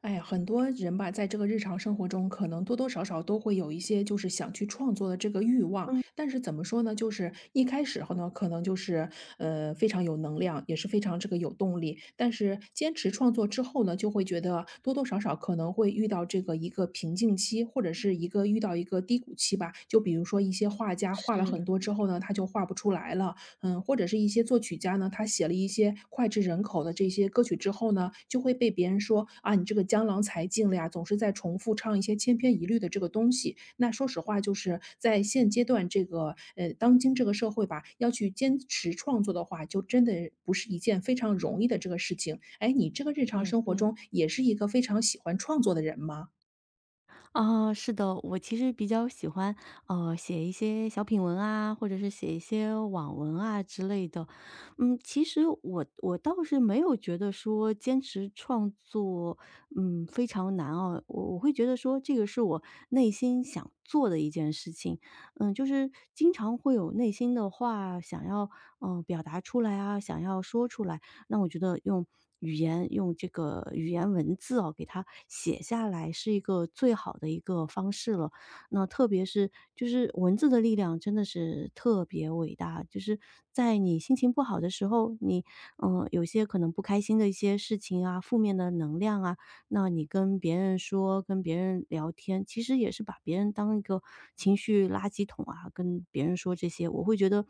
哎呀，很多人吧，在这个日常生活中，可能多多少少都会有一些就是想去创作的这个欲望，嗯，但是怎么说呢，就是一开始后呢，可能就是非常有能量，也是非常这个有动力，但是坚持创作之后呢，就会觉得多多少少可能会遇到这个一个瓶颈期，或者是一个遇到一个低谷期吧。就比如说一些画家画了很是，多之后呢，他就画不出来了，嗯，或者是一些作曲家呢，他写了一些脍炙人口的这些歌曲之后呢，就会被别人说啊，你这个江郎才尽了呀，总是在重复唱一些千篇一律的这个东西。那说实话，就是在现阶段这个当今这个社会吧，要去坚持创作的话，就真的不是一件非常容易的这个事情。哎，你这个日常也生活对。中也是一个非常喜欢创作的人吗？啊，是的，我其实比较喜欢，写一些小品文啊，或者是写一些网文啊之类的。嗯，其实我倒是没有觉得说坚持创作，嗯，非常难哦。我会觉得说这个是我内心想做的一件事情，嗯，就是经常会有内心的话想要，表达出来啊，想要说出来。那我觉得用语言用这个语言文字哦，给它写下来是一个最好的一个方式了。那特别是就是文字的力量真的是特别伟大，就是在你心情不好的时候，你有些可能不开心的一些事情啊，负面的能量啊。那你跟别人说、跟别人聊天，其实也是把别人当一个情绪垃圾桶啊，跟别人说这些，我会觉得，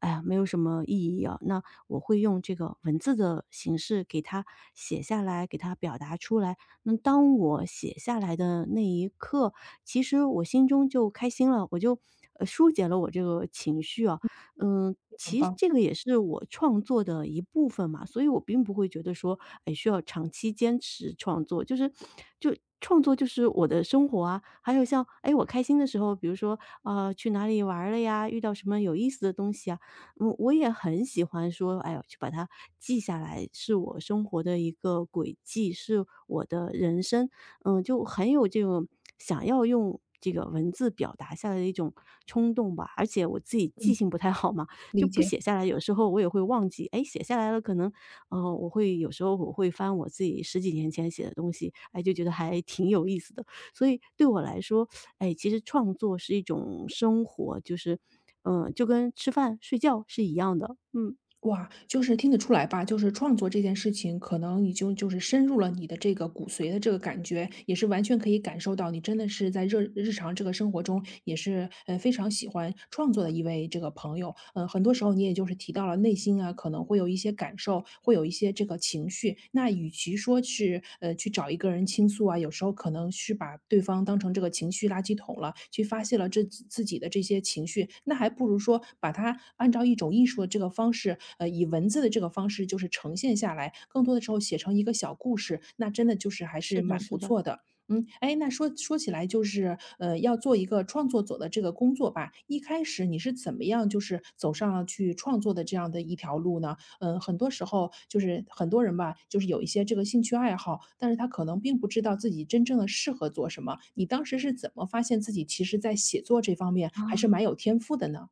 哎呀，没有什么意义啊。那我会用这个文字的形式给他写下来，给他表达出来。那当我写下来的那一刻，其实我心中就开心了，我就疏解了我这个情绪啊。嗯，非常其实棒，这个也是我创作的一部分嘛，所以我并不会觉得说，哎，需要长期坚持创作，就是创作就是我的生活啊。还有像，哎，我开心的时候，比如说，啊，去哪里玩儿了呀，遇到什么有意思的东西啊，嗯，我也很喜欢说，哎呦，去把它记下来，是我生活的一个轨迹，是我的人生。嗯，就很有这种想要用这个文字表达下来的一种冲动吧。而且我自己记嗯，性不太好嘛，就理不解。写下来，有时候我也会忘记。哎，写下来了，可能，有时候我会翻我自己十几年前写的东西，哎，就觉得还挺有意思的。所以对我来说，哎，其实创作是一种生活，就是，嗯，就跟吃饭睡觉是一样的。嗯。哇，就是听得出来吧，就是创作这件事情，可能已经就是深入了你的这个骨髓的这个感觉，也是完全可以感受到，你真的是在日日常这个生活中，也是非常喜欢创作的一位这个朋友。嗯、很多时候你也就是提到了内心啊，可能会有一些感受，会有一些这个情绪，那与其说是去找一个人倾诉啊，有时候可能是把对方当成这个情绪垃圾桶了，去发泄了这自己的这些情绪，那还不如说把它按照一种艺术的这个方式，以文字的这个方式就是呈现下来，更多的时候写成一个小故事，那真的就是还是是的，蛮是不的。错的。嗯，哎，那说起来，就是要做一个创作者的这个工作吧。一开始你是怎么样，就是走上了去创作的这样的一条路呢？嗯，很多时候就是很多人吧，就是有一些这个兴趣爱好，但是他可能并不知道自己真正的适合做什么。你当时是怎么发现自己其实在写作这方面还是啊。蛮有天赋的呢？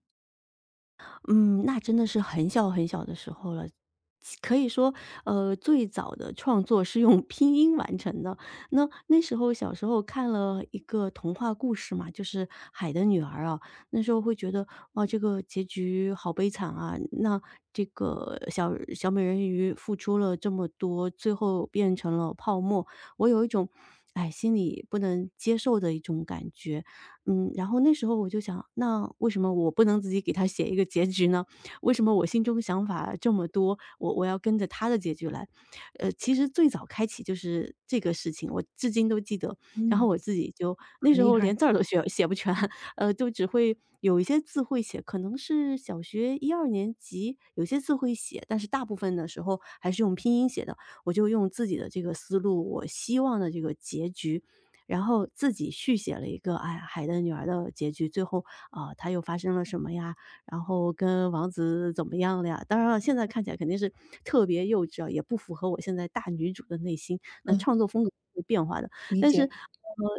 嗯，那真的是很小很小的时候了。可以说，最早的创作是用拼音完成的。那那时候小时候看了一个童话故事嘛，就是《海的女儿》啊，那时候会觉得哇，这个结局好悲惨啊！那这个小小美人鱼付出了这么多，最后变成了泡沫，我有一种哎心里不能接受的一种感觉。嗯，然后那时候我就想，那为什么我不能自己给他写一个结局呢？为什么我心中想法这么多，我要跟着他的结局来？其实最早开启就是这个事情，我至今都记得。然后嗯，我自己就那很时厉候连害，字儿都写不全，就只会有一些字会写，可能是小学一二年级有些字会写，但是大部分的时候还是用拼音写的。我就用自己的这个思路，我希望的这个结局，然后自己续写了一个哎海的女儿的结局，最后啊她又发生了什么呀？然后跟王子怎么样了呀？当然了，现在看起来肯定是特别幼稚啊，也不符合我现在大女主的内心，那嗯，创作风格会变化的。理但是，解，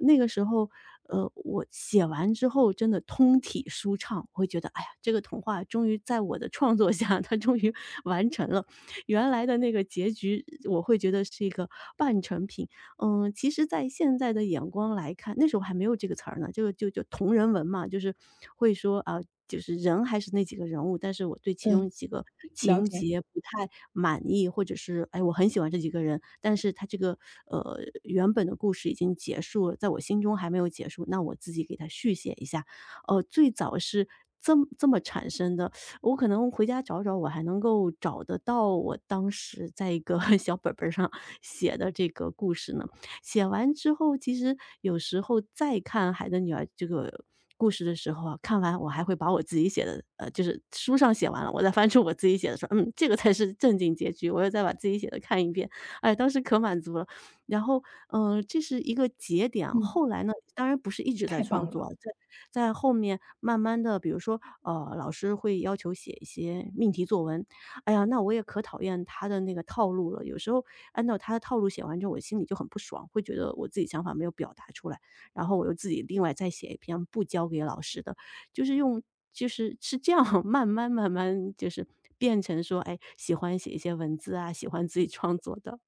那个时候，我写完之后真的通体舒畅，我会觉得，哎呀，这个童话终于在我的创作下，它终于完成了。原来的那个结局，我会觉得是一个半成品，嗯，其实在现在的眼光来看，那时候还没有这个词儿呢，就同人文嘛，就是会说啊，就是人还是那几个人物，但是我对其嗯，中几个了情解，节不太满意，或者是哎，我很喜欢这几个人，但是他这个原本的故事已经结束了，在我心中还没有结束，那我自己给他续写一下。最早是这么产生的，我可能回家找找，我还能够找得到我当时在一个 小本本儿上写的这个故事呢。写完之后，其实有时候再看《海的女儿》这个故事的时候啊，看完我还会把我自己写的，就是书上写完了，我再翻出我自己写的说，嗯，这个才是正经结局，我又再把自己写的看一遍，哎，当时可满足了。然后，这是一个节点。嗯，后来呢，当然不是一直在太棒创了。作啊在后面慢慢的，比如说，老师会要求写一些命题作文，哎呀，那我也可讨厌他的那个套路了。有时候按照他的套路写完之后，我心里就很不爽，会觉得我自己想法没有表达出来，然后我又自己另外再写一篇不交给老师的，就是用是这样 慢慢慢慢就是变成说，哎，喜欢写一些文字啊，喜欢自己创作的。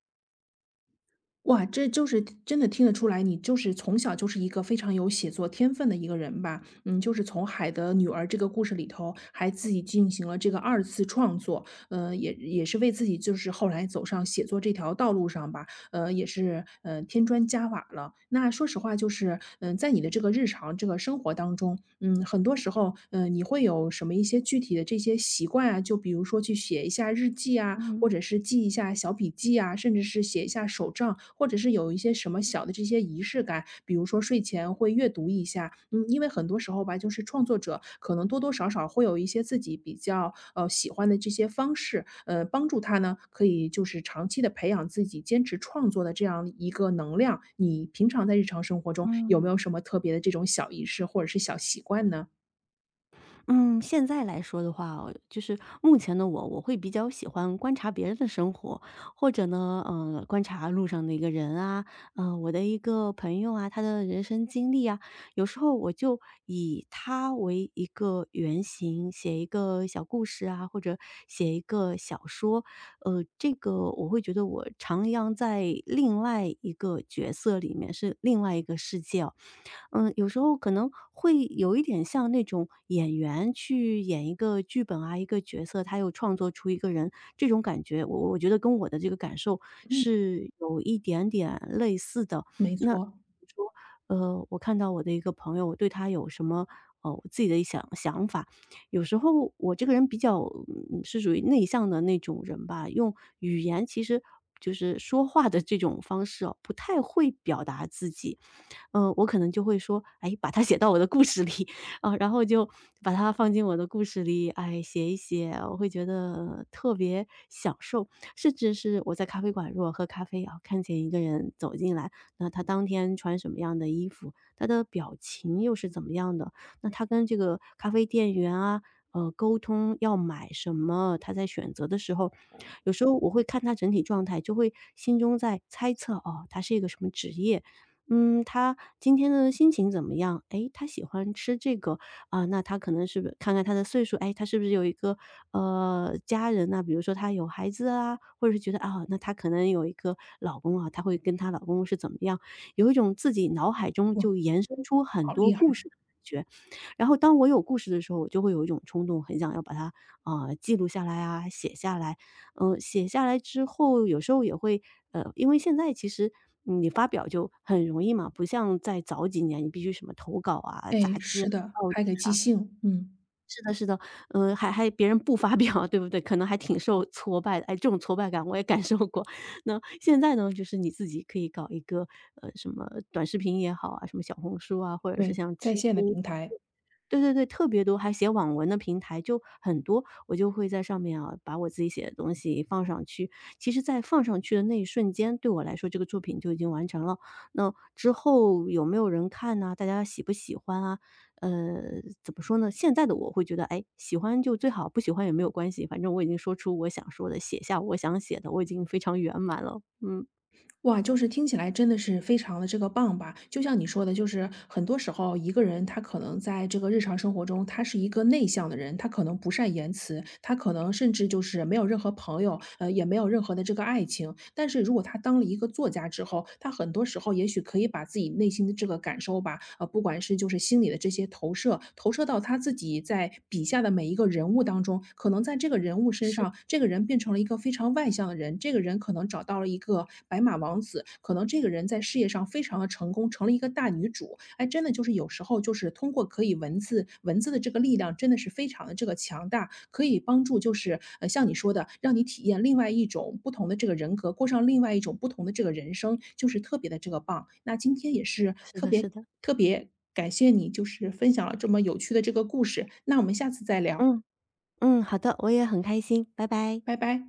哇，这就是真的听得出来，你就是从小就是一个非常有写作天分的一个人吧？嗯，就是从《海的女儿》这个故事里头，还自己进行了这个二次创作，也是为自己就是后来走上写作这条道路上吧，也是，添砖加瓦了。那说实话就是，嗯，在你的这个日常这个生活当中，嗯，很多时候，嗯，你会有什么一些具体的这些习惯啊？就比如说去写一下日记啊，嗯或者是记一下小笔记啊，甚至是写一下手账，或者是有一些什么小的这些仪式感，比如说睡前会阅读一下。嗯，因为很多时候吧，就是创作者可能多多少少会有一些自己比较喜欢的这些方式，帮助他呢可以就是长期的培养自己坚持创作的这样一个能量。你平常在日常生活中有嗯。没有什么特别的这种小仪式或者是小习惯呢？嗯，现在来说的话哦就是目前的我，我会比较喜欢观察别人的生活，或者呢，观察路上的一个人啊，我的一个朋友啊，他的人生经历啊，有时候我就以他为一个原型，写一个小故事啊，或者写一个小说，这个我会觉得我徜徉在另外一个角色里面，是另外一个世界哦。嗯，有时候可能会有一点像那种演员去演一个剧本啊，一个角色，他又创作出一个人，这种感觉，我觉得跟我的这个感受是有一点点类似的。没那错，你说，我看到我的一个朋友，我对他有什么我自己的想法，有时候我这个人比较是属于内向的那种人吧，用语言其实就是说话的这种方式哦，不太会表达自己。嗯，我可能就会说，哎，把它写到我的故事里 啊，然后就把它放进我的故事里，哎，写一写，我会觉得特别享受。甚至是我在咖啡馆，如果喝咖啡啊，看见一个人走进来，那他当天穿什么样的衣服，他的表情又是怎么样的，那他跟这个咖啡店员啊，沟通要买什么，他在选择的时候，有时候我会看他整体状态，就会心中在猜测，哦，他是一个什么职业，嗯，他今天的心情怎么样？哎，他喜欢吃这个，啊，那他可能是不是看看他的岁数，哎，他是不是有一个，家人呐，比如说他有孩子啊，或者是觉得，啊，那他可能有一个老公啊，他会跟他老公是怎么样，有一种自己脑海中哇，就延伸出很好多厉害！故事的感觉。然后当我有故事的时候，我就会有一种冲动，很想要把它，记录下来啊，写下来。嗯，写下来之后，有时候也会，因为现在其实，嗯你发表就很容易嘛，不像在早几年，你必须什么投稿啊、杂哎，志啊是的，哦，还给即兴，嗯，是的，是的，嗯，还别人不发表，对不对？可能还挺受挫败的。哎，这种挫败感我也感受过。那现在呢，就是你自己可以搞一个，什么短视频也好啊，什么小红书啊，或者是对，像在知线的乎平台。对对对，特别多，还写网文的平台就很多，我就会在上面啊，把我自己写的东西放上去。其实在放上去的那一瞬间，对我来说这个作品就已经完成了。那之后有没有人看呐，大家喜不喜欢啊？呃，怎么说呢？现在的我会觉得，哎，喜欢就最好，不喜欢也没有关系，反正我已经说出我想说的，写下我想写的，我已经非常圆满了。嗯，哇，就是听起来真的是非常的这个棒吧。就像你说的，就是很多时候一个人他可能在这个日常生活中，他是一个内向的人，他可能不善言辞，他可能甚至就是没有任何朋友，也没有任何的这个爱情。但是如果他当了一个作家之后，他很多时候也许可以把自己内心的这个感受吧，不管是就是心里的这些投射，投射到他自己在笔下的每一个人物当中，可能在这个人物身上，这个人变成了一。一个非常外向的人，这个人可能找到了一个白马王子，可能这个人在事业上非常的成功，成了一个大女主。哎，真的就是有时候就是通过可以文字的这个力量真的是非常的这个强大，可以帮助就是，像你说的，让你体验另外一种不同的这个人格，过上另外一种不同的这个人生，就是特别的这个棒。那今天也是是特的，别是的。特别感谢你，就是分享了这么有趣的这个故事，那我们下次再聊，嗯嗯，好的，我也很开心，拜拜。拜拜。